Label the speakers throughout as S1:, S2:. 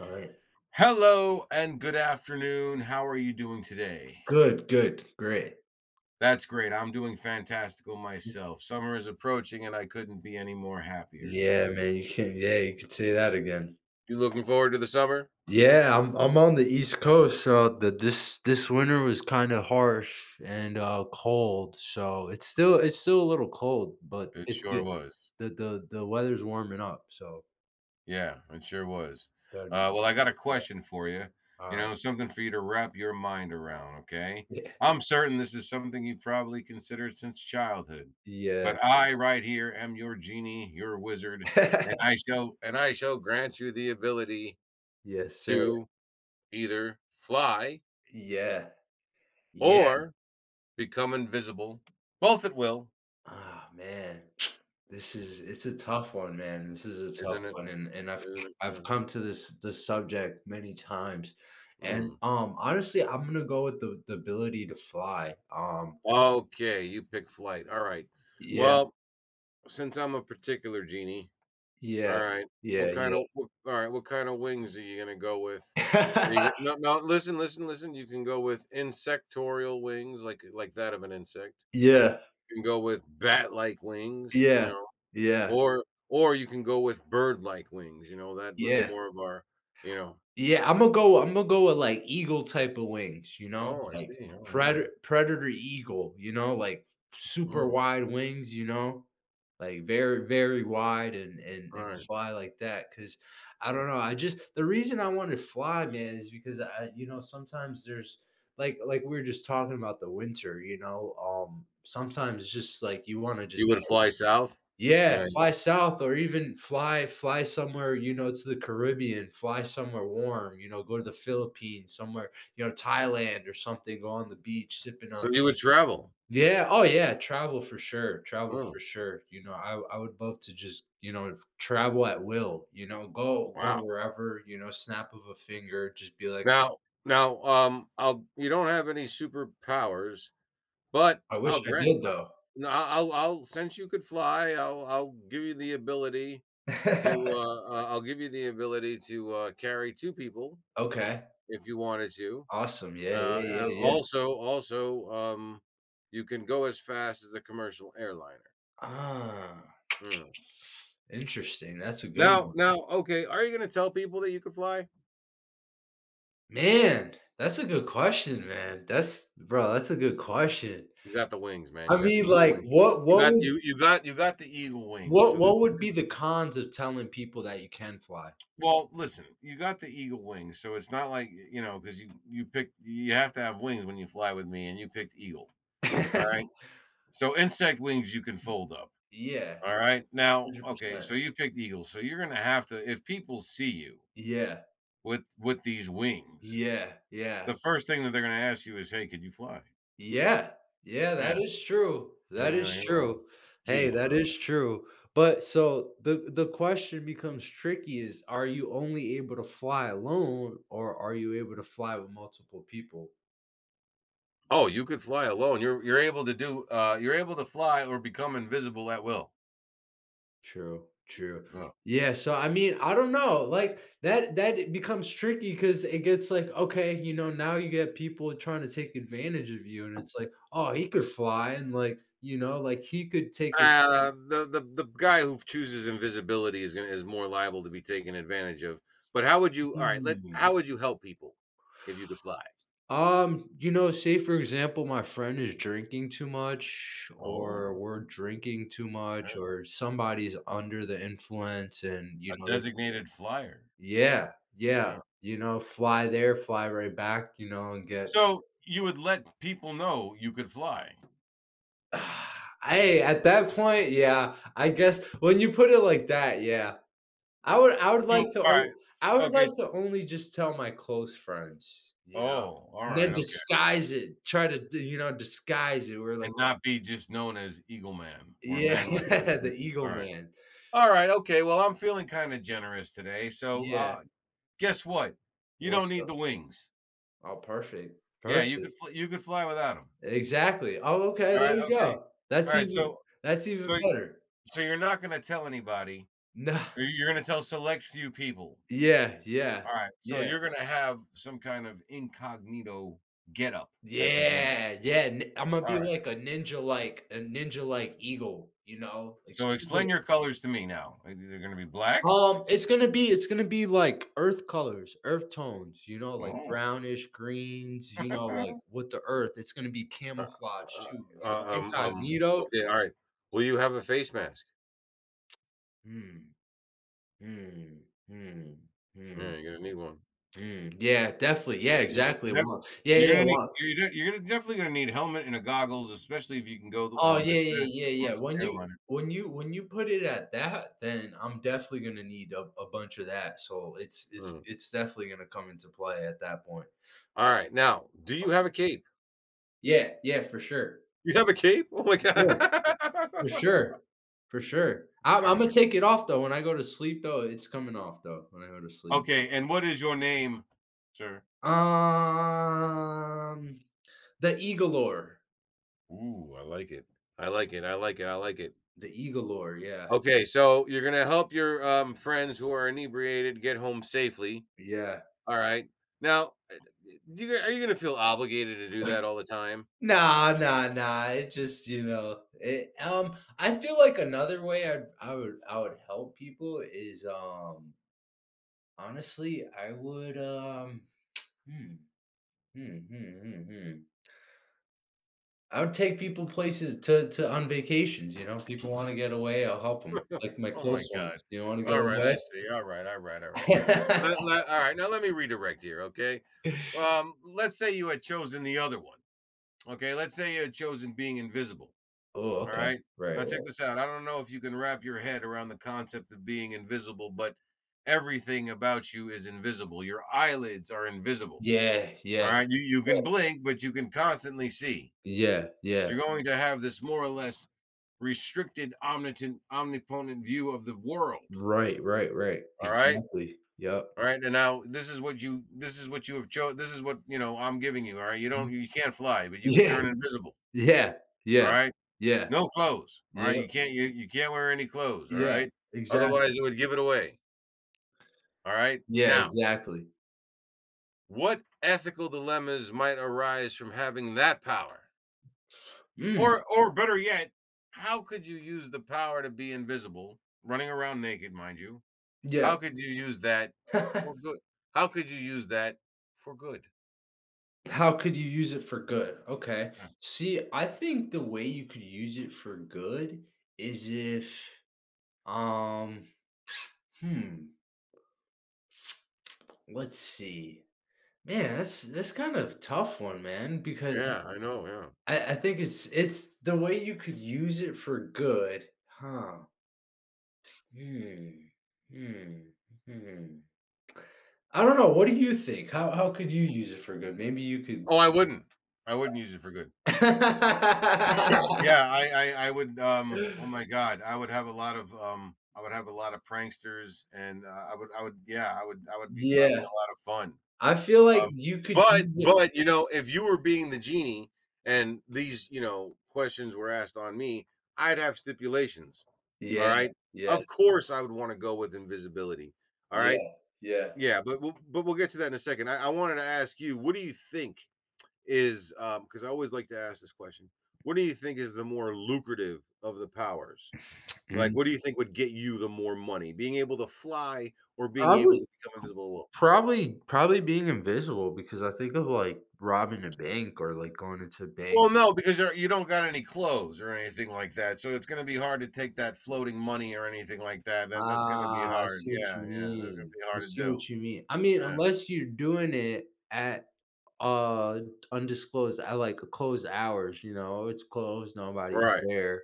S1: Alright.
S2: Hello and good afternoon. How are you doing today?
S1: Good, good, great.
S2: That's great. I'm doing fantastical myself. Summer is approaching and I couldn't be any more happier.
S1: Yeah, man, you can't you could say that again.
S2: You looking forward to the summer?
S1: Yeah, I'm on the East Coast, so the this this winter was kinda harsh and, cold, so it's still a little cold, but
S2: It
S1: it's
S2: sure
S1: get
S2: was.
S1: the weather's warming up, so
S2: Yeah, it sure was.
S1: better be
S2: Well, I got a
S1: prepared.
S2: question for you. You
S1: Alright.
S2: know, something for you to wrap your mind around, okay?
S1: Yeah.
S2: I'm certain this is something you've probably considered since childhood. But
S1: Yes.
S2: I right here am your genie, your wizard, and I shall grant you the ability
S1: Yes, sir.
S2: to either fly
S1: Yeah. Yeah.
S2: or become invisible, both at will,
S1: Ah, man. This is it's a tough one, man. This is a tough
S2: isn't it?
S1: one, and
S2: Isn't it?
S1: I've
S2: Yeah.
S1: come to this subject many times, and
S2: Mm.
S1: honestly, I'm gonna go with the ability to fly.
S2: Okay, you pick flight. All right.
S1: Yeah,
S2: Well, since I'm a particular genie, all
S1: yeah,
S2: right.
S1: yeah,
S2: What kind
S1: yeah,
S2: of what, All right? What kind of wings are you gonna go with? No, no? Listen, listen, listen. You can go with insectorial wings, like that of an insect.
S1: yeah,
S2: You can go with bat-like wings,
S1: yeah, yeah,
S2: or or you can go with bird-like wings, that with
S1: yeah.
S2: more of our you know
S1: Yeah, Imma go with, like, eagle type of wings, you know?
S2: Oh, I
S1: Like,
S2: see. Oh, yeah.
S1: predator eagle, you know? Like, super
S2: Mm,
S1: wide wings, you know? Like, very, very wide and and
S2: alright.
S1: fly like that. Cause I don't know, I just the reason I wanna fly, man, is because I sometimes there's like, we were just talking about the winter, you know? Sometimes it's just, like, you wanna just
S2: You would fly south?
S1: yeah,
S2: Yeah,
S1: fly south or even fly somewhere, you know, to the Caribbean, fly somewhere warm, you know, go to the Philippines, somewhere, you know, Thailand or something, go on the beach, sipping
S2: so
S1: a
S2: you would travel.
S1: yeah, oh yeah, travel
S2: Mm,
S1: for sure, you know, I would love to just, you know, travel at will, you know, go
S2: wow.
S1: wherever, you know, snap of a finger, just be like,
S2: Now now, I'll you don't have any superpowers, but
S1: "I
S2: I'll
S1: wish I
S2: grant
S1: did though."
S2: no, I'll, since you could fly, I'll give you the ability to, I'll give you the ability to, carry 2 people
S1: Okay,
S2: if you wanted to.
S1: awesome,
S2: Uh,
S1: yeah, yeah,
S2: uh,
S1: yeah, yeah.
S2: also also, um, you can go as fast as a commercial airliner.
S1: Ah,
S2: Mm.
S1: interesting, that's a good
S2: Now
S1: one.
S2: now, okay, are you gonna tell people that you can fly?
S1: Man, that's a good question, man. That's bro, that's a good question.
S2: You got the wings, man,
S1: I
S2: you got the
S1: mean,
S2: eagle
S1: like,
S2: wings. You
S1: what
S2: got
S1: would
S2: you you got you got the eagle wings, so this
S1: what
S2: is
S1: would be
S2: this
S1: the
S2: is
S1: cons of telling people that you can fly?
S2: Well, listen, you got the eagle wings, so it's not like, because you have to have wings when you fly with me, and you picked eagle, alright? So, insect wings you can fold up,
S1: Yeah,
S2: alright? Now, okay,
S1: 100%.
S2: so you picked eagle, so you're gonna have to if people see you
S1: Yeah,
S2: with these wings,
S1: yeah,
S2: the
S1: yeah,
S2: first thing that they're gonna ask you is, "Hey, could you fly?"
S1: yeah, yeah,
S2: Yeah,
S1: that is true.
S2: and
S1: That
S2: then you're
S1: is
S2: like, "Oh,
S1: true. Hey,
S2: gee,
S1: that
S2: uh."
S1: is true. But so the question becomes tricky is, are you only able to fly alone or are you able to fly with multiple people?
S2: Oh, you could fly alone. You're able to do you're able to fly or become invisible at will.
S1: True, true.
S2: Oh.
S1: Yeah, so I mean, I don't know, like that it becomes tricky because it gets like, okay, you know, now you get people trying to take advantage of you, and it's like, oh, he could fly, and like, you know, like he could take a
S2: The guy who chooses invisibility is gonna is more liable to be taken advantage of. But how would you all right, let's
S1: scene.
S2: how would you help people if you could fly?
S1: You know, say for example, my friend is drinking too much,
S2: Oh,
S1: or we're drinking too
S2: uh,
S1: much, or somebody's under the influence, and
S2: a
S1: you know, like,
S2: designated flyer.
S1: yeah, yeah,
S2: Yeah.
S1: you know, fly there, fly right back, you know, and get
S2: So you would let people know you could fly.
S1: Hey, at that point, yeah, I guess when you put it like that, yeah. I would
S2: So all
S1: like to
S2: right.
S1: o I would
S2: Okay.
S1: like
S2: So,
S1: to only just tell my close friends, you know,
S2: oh, all
S1: and then
S2: right. Okay.
S1: disguise it, try to d you know, disguise it. We're
S2: And
S1: like
S2: not be just known as Eagle Man or
S1: yeah,
S2: Man with.
S1: the
S2: All
S1: Eagle
S2: right.
S1: Man.
S2: All
S1: S
S2: right. Okay. Well, I'm feeling kind of generous today. So,
S1: Yeah,
S2: guess what? You don't
S1: "What's
S2: need
S1: up?"
S2: the wings.
S1: Oh, perfect,
S2: Yeah,
S1: perfect.
S2: you could fly without them.
S1: Exactly. Oh, okay,
S2: All
S1: there
S2: right.
S1: you
S2: Okay.
S1: go.
S2: All right. So
S1: That's even
S2: so
S1: better.
S2: so, you're not going to tell anybody. Or
S1: Nah
S2: you're going to tell select few people.
S1: yeah, yeah,
S2: All right. So
S1: yeah.
S2: you're going to have some kind of incognito getup, I presume.
S1: Yeah, yeah, n Imma
S2: All
S1: be
S2: right.
S1: like a ninja like a ninja like eagle, you know, like
S2: So
S1: super
S2: explain your colors to me now. They're going to be black.
S1: it's gonna be like earth colors, earth tones, you know, like
S2: Oh.
S1: brownish greens, you know,
S2: Uh,
S1: like with the earth, it's gonna be camouflage too, you know, incognito.
S2: Okay. All right. Will you have a face mask?
S1: Mm, mm, mm, mm,
S2: Yeah, you're gonna need one.
S1: mm, yeah, definitely, yeah,
S2: Yeah,
S1: exactly,
S2: definitely.
S1: wow, yeah, yeah, wow.
S2: You're gonna definitely gonna need helmet and a goggles, especially if you can go,
S1: Oh, yeah,
S2: as
S1: yeah,
S2: fast as
S1: yeah,
S2: a
S1: yeah.
S2: commercial airliner.
S1: When you put it at that, then I'm definitely gonna need a bunch of that. So it's
S2: Mm.
S1: it's definitely gonna come into play at that point.
S2: Alright, now, do you have a cape?
S1: Yeah, yeah, for sure.
S2: You have a cape? Oh my
S1: For sure. For
S2: god.
S1: sure. For sure. I'm gonna
S2: Alright.
S1: take it off though. When I go to sleep though, it's coming off though when I go to sleep.
S2: Okay, and what is your name, sir?
S1: Um the Eagle Lore.
S2: Ooh, I like it. I like it, I like it, I like it.
S1: The Eagle Lore, yeah.
S2: Okay, so you're gonna help your, friends who are inebriated get home safely,
S1: Yeah.
S2: alright? Now, do you are you gonna feel obligated to do that all the time?
S1: Nah, nah, nah. It just, you know, it I feel like another way I would I would help people is honestly I would hmm, hmm, hmm, hmm, hmm. I would take people places to on vacations, you know. People want to get away, I'll help them. Like my
S2: Oh my
S1: close
S2: god.
S1: ones, you want to get
S2: All right, I
S1: away?
S2: see. All right, all right, all right. All right, now let me redirect here, okay? Let's say you had chosen the other one. Okay, let's say you had chosen being invisible.
S1: Oh,
S2: All
S1: okay.
S2: right.
S1: Right,
S2: Now check
S1: right.
S2: this out. I don't know if you can wrap your head around the concept of being invisible, but everything about you is invisible. Your eyelids are invisible.
S1: Yeah, yeah,
S2: All right. You
S1: yeah,
S2: can blink, but you can constantly see.
S1: yeah, yeah.
S2: You're going to have this more or less restricted omnipotent view of the world,
S1: Right, right, right.
S2: all right.
S1: Exactly. Yep.
S2: All right, and now this is what, I'm giving you, all right? You can't fly, but you could
S1: Yeah.
S2: turn invisible,
S1: Yeah,
S2: all
S1: yeah,
S2: right?
S1: yeah,
S2: No clothes, all right?
S1: yep,
S2: You can't wear any clothes, all
S1: yeah,
S2: right?
S1: exactly.
S2: Otherwise, it would give it away, all right?
S1: Yeah,
S2: Now,
S1: exactly.
S2: what ethical dilemmas might arise from having that power?
S1: Mm,
S2: Or better yet, how could you use the power to be invisible, running around naked, mind you?
S1: yeah.
S2: How could you use that for good? How could you use that for good?
S1: How could you use it for good? Okay.
S2: Yeah.
S1: See, I think the way you could use it for good is if, um, hmm, let's see. Man, that's kind of tough one, man, because
S2: Yeah, I know, yeah.
S1: I think it's the way you could use it for good. Huh. Hmm. Hmm. Hmm. I don't know. What do you think? How could you use it for good? Maybe you could
S2: Oh, I wouldn't. I wouldn't use it for good. Yeah, I would, oh my god, I would have a lot of pranksters and, I would yeah, I would be having
S1: yeah.
S2: a lot of fun.
S1: I feel like
S2: Um,
S1: you could
S2: but
S1: use it
S2: if you were being the genie and these, questions were asked on me, I'd have stipulations,
S1: yeah,
S2: alright?
S1: yeah,
S2: Of course, I would wanna go with invisibility, alright?
S1: yeah, yeah.
S2: Yeah, but we'll get to that in a second. I wanted to ask you, what do you think is because I always like to ask this question. What do you think is the more lucrative of the powers? Like,
S1: Mm,
S2: what do you think would get you the more money? Being able to fly or being able to
S1: probably
S2: become invisible? Well,
S1: probably probably being invisible because I think of, like, robbing a bank or, like, going into a bank.
S2: no, because you don't got any clothes or anything like that, so it's going to be hard to take that floating money or anything like that. That's going to be
S1: Ah, I
S2: hard.
S1: see what you
S2: Yeah, yeah, that's going
S1: mean.
S2: to be
S1: I
S2: hard to
S1: see
S2: do.
S1: what you mean. I mean,
S2: Yeah,
S1: unless you're doing it at, uh, undisclosed at, like, closed hours, you know, it's closed, nobody's
S2: right.
S1: there.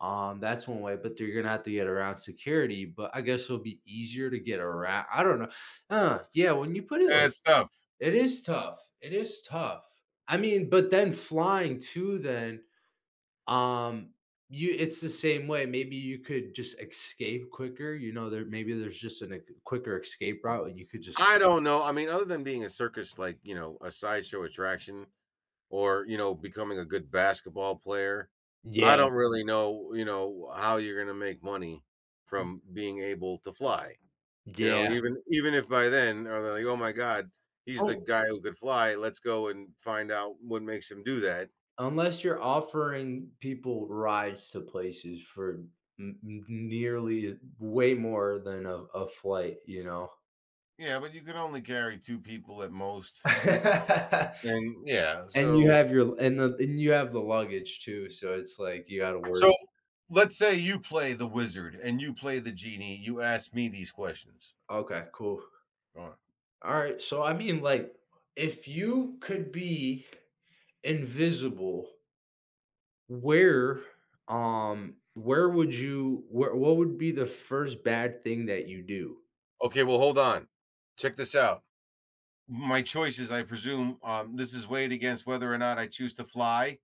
S1: That's one way, but they are gonna have to get around security. But I guess it'll be easier to get around. I don't know. Yeah, when you put it, like,
S2: That's tough.
S1: it is tough. It is tough. I mean, but then flying too. Then, um, you it's the same way. Maybe you could just escape quicker. You know, there maybe there's just an, a quicker escape route, and you could just
S2: I don't know. I mean, other than being a circus, like a sideshow attraction, or, becoming a good basketball player. I
S1: yeah.
S2: don't really know, how you're gonna make money from being able to fly.
S1: Yeah.
S2: Even if by then are they like, "Oh my god, he's the guy who could fly. Let's go and find out what makes him do that."
S1: Unless you're offering people rides to places for n n nearly way more than a flight, you know?
S2: Yeah, but you can only carry 2 people at most. And yeah,
S1: And you
S2: so
S1: have your and the and you have the luggage too, so it's like you gotta worry
S2: So, let's say you play the wizard and you play the genie, you ask me these questions.
S1: okay, cool.
S2: Go on.
S1: Alright, so I mean, like, if you could be invisible, where, where would you where what would be the first bad thing that you do?
S2: Okay, well, hold on. Check this out. My choices, I presume, this is weighed against whether or not I choose to fly.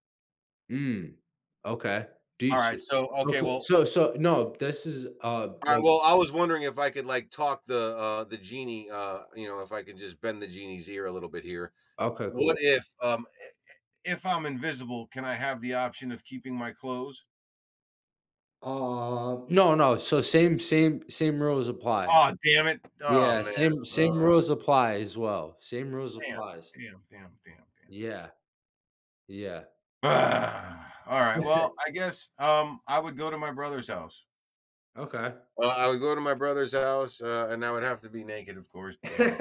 S1: Mm. Okay. Do you
S2: All
S1: s
S2: right, so okay,
S1: okay,
S2: well,
S1: so so no, this is,
S2: all right,
S1: like
S2: well, I was wondering if I could like talk the genie, if I could just bend the genie's ear a little bit here.
S1: okay,
S2: What
S1: cool.
S2: if If I'm invisible, can I have the option of keeping my clothes?
S1: No, no, so same rules apply.
S2: Oh, damn it. Oh
S1: Yeah,
S2: man.
S1: same
S2: Uh,
S1: rules apply as well. Same rules
S2: Damn,
S1: applies.
S2: damn, damn, damn, damn.
S1: Yeah, yeah.
S2: All right. Well, I guess I would go to my brother's house.
S1: Okay.
S2: I would go to my brother's house, and I would have to be naked, of course. Damn it!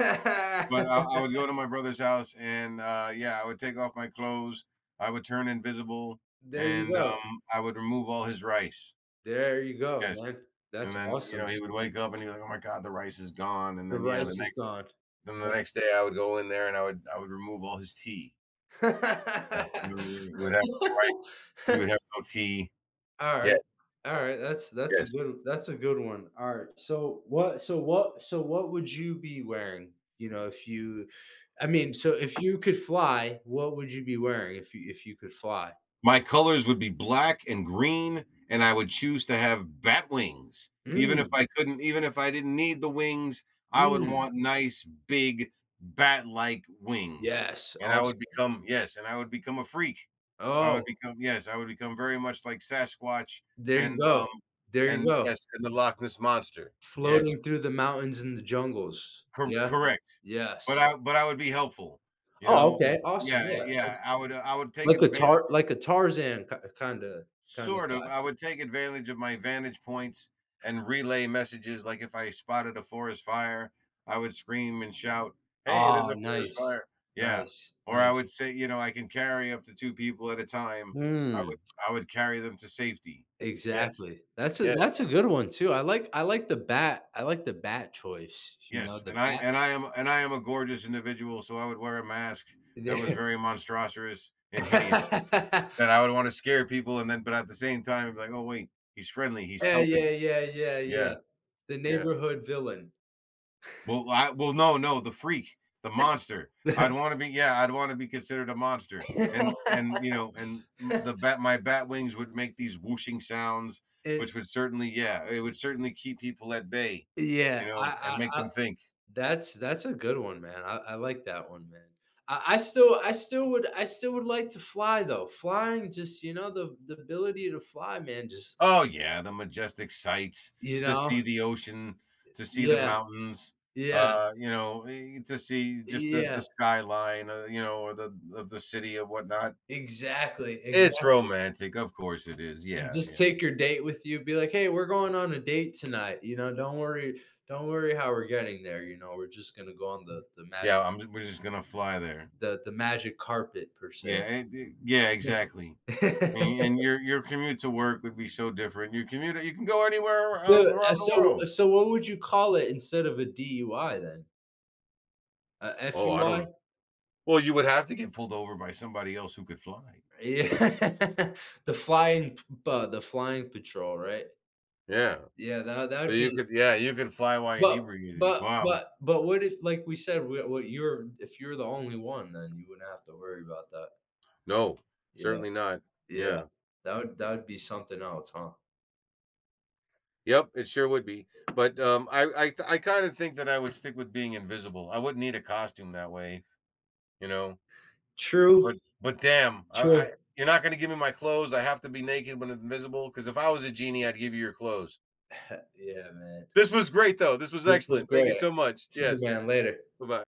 S2: But I, I would go to my brother's house, and yeah, I would take off my clothes. I would turn invisible,
S1: There you
S2: and
S1: go.
S2: I would remove all his rice.
S1: There you go,
S2: Yes,
S1: man.
S2: and
S1: That's
S2: then
S1: awesome.
S2: he would wake up and he'd be like, "Oh my god, the rice is gone." And
S1: The
S2: then yeah,
S1: rice is gone.
S2: the next day I would go in there and I would remove all his tea. And then he would have rice. He would have no tea.
S1: Alright,
S2: Yes,
S1: alright, that's a
S2: yes.
S1: good that's a good one. Alright, so what would you be wearing, you know, if you I mean, so if you could fly, what would you be wearing if you could fly?
S2: My colors would be black and green, and I would choose to have bat wings. Even if
S1: Mm,
S2: I couldn't, even if I didn't need the wings, I would
S1: mm,
S2: want nice, big, bat like wings.
S1: yes,
S2: And I
S1: also
S2: would become, yes, and I would become a freak. I would
S1: oh,
S2: become, yes, I would become very much like Sasquatch
S1: there
S2: and,
S1: you
S2: um,
S1: go, there you
S2: and
S1: go.
S2: yes, and the Loch Ness Monster. Yes,
S1: Floating through the mountains and the jungles.
S2: cor-
S1: Yeah,
S2: correct. But
S1: yes.
S2: I would be helpful, you
S1: Oh,
S2: know? If,
S1: okay, awesome,
S2: yeah,
S1: yeah,
S2: yeah. I would take advantage.
S1: like a Tarzan kinda kinda
S2: Sort of.
S1: guy.
S2: I would take advantage of my vantage points and relay messages. Like if I spotted a forest fire, I would scream and shout, "Hey, there's
S1: Oh,
S2: a forest
S1: nice.
S2: fire." Yeah.
S1: Nice,
S2: Or I
S1: nice.
S2: would say, I can carry up to two people at a time. I would
S1: Mm,
S2: I would carry them to safety. Yes.
S1: exactly.
S2: Yes.
S1: That's a good one too. I like the bat I like the bat choice, you know,
S2: Yes.
S1: the
S2: And I
S1: bat
S2: and I am and I am a gorgeous individual, so I would wear a mask that was
S1: the
S2: very monstrous and hideous. That I would want to scare people and then but at the same time be like, oh wait, he's friendly, he's
S1: yeah, yeah,
S2: helping.
S1: yeah, yeah,
S2: Yeah.
S1: yeah. The
S2: Yeah.
S1: neighborhood villain.
S2: Well, no, no, the freak, the monster. I'd want to be, yeah, I'd want to be considered a monster, and and the bat, my bat wings would make these whooshing sounds,
S1: And
S2: yeah, it would certainly keep people at bay, you
S1: yeah,
S2: know, and make
S1: I
S2: them think,
S1: that's a good one, man. I like that one, man. I still would like to fly though. Flying just, you know, the ability to fly, man, just,
S2: oh yeah, the majestic sights
S1: you
S2: to
S1: know?
S2: see the ocean, to see the
S1: Yeah.
S2: mountains,
S1: Yeah,
S2: to see just the
S1: yeah,
S2: the skyline, or the of the city or whatnot.
S1: exactly,
S2: It's
S1: exactly,
S2: romantic, of course it is.
S1: and
S2: Yeah,
S1: just
S2: yeah.
S1: take your date with you, be like, "Hey, we're going on a date tonight, you know, don't worry how we're getting there, you know, we're just gonna go on the
S2: Yeah,
S1: magic
S2: I'm we're just gonna fly there.
S1: the magic carpet per se."
S2: Yeah, and y yeah, exactly. And your commute to work would be so different. Your commute, you can go anywhere,
S1: So,
S2: around the world.
S1: so what would you call it instead of a DUI then? A
S2: Oh, I
S1: FUI?
S2: don't well, you would have to get pulled over by somebody else who could fly.
S1: Yeah, the flying patrol, right?
S2: Yeah.
S1: Yeah, that that
S2: So
S1: would
S2: you
S1: be
S2: could yeah, you could fly while
S1: but
S2: inebriated. Wow.
S1: what if, like we said, wh what you're if you're the only one, then you wouldn't have to worry about that.
S2: No,
S1: Yeah,
S2: certainly not.
S1: yeah,
S2: Yeah.
S1: that would be something else, huh?
S2: Yep, it sure would be. But, I kinda think that I would stick with being invisible. I wouldn't need a costume that way, you know?
S1: True,
S2: But but damn,
S1: true.
S2: I you're not gonna give me my clothes, I have to be naked when invisible. Because if I was a genie, I'd give you your clothes.
S1: Yeah, man.
S2: This was great, though, this was
S1: This was
S2: excellent, thank you
S1: great.
S2: so much,
S1: See you,
S2: yes,
S1: man, later.
S2: bye-bye.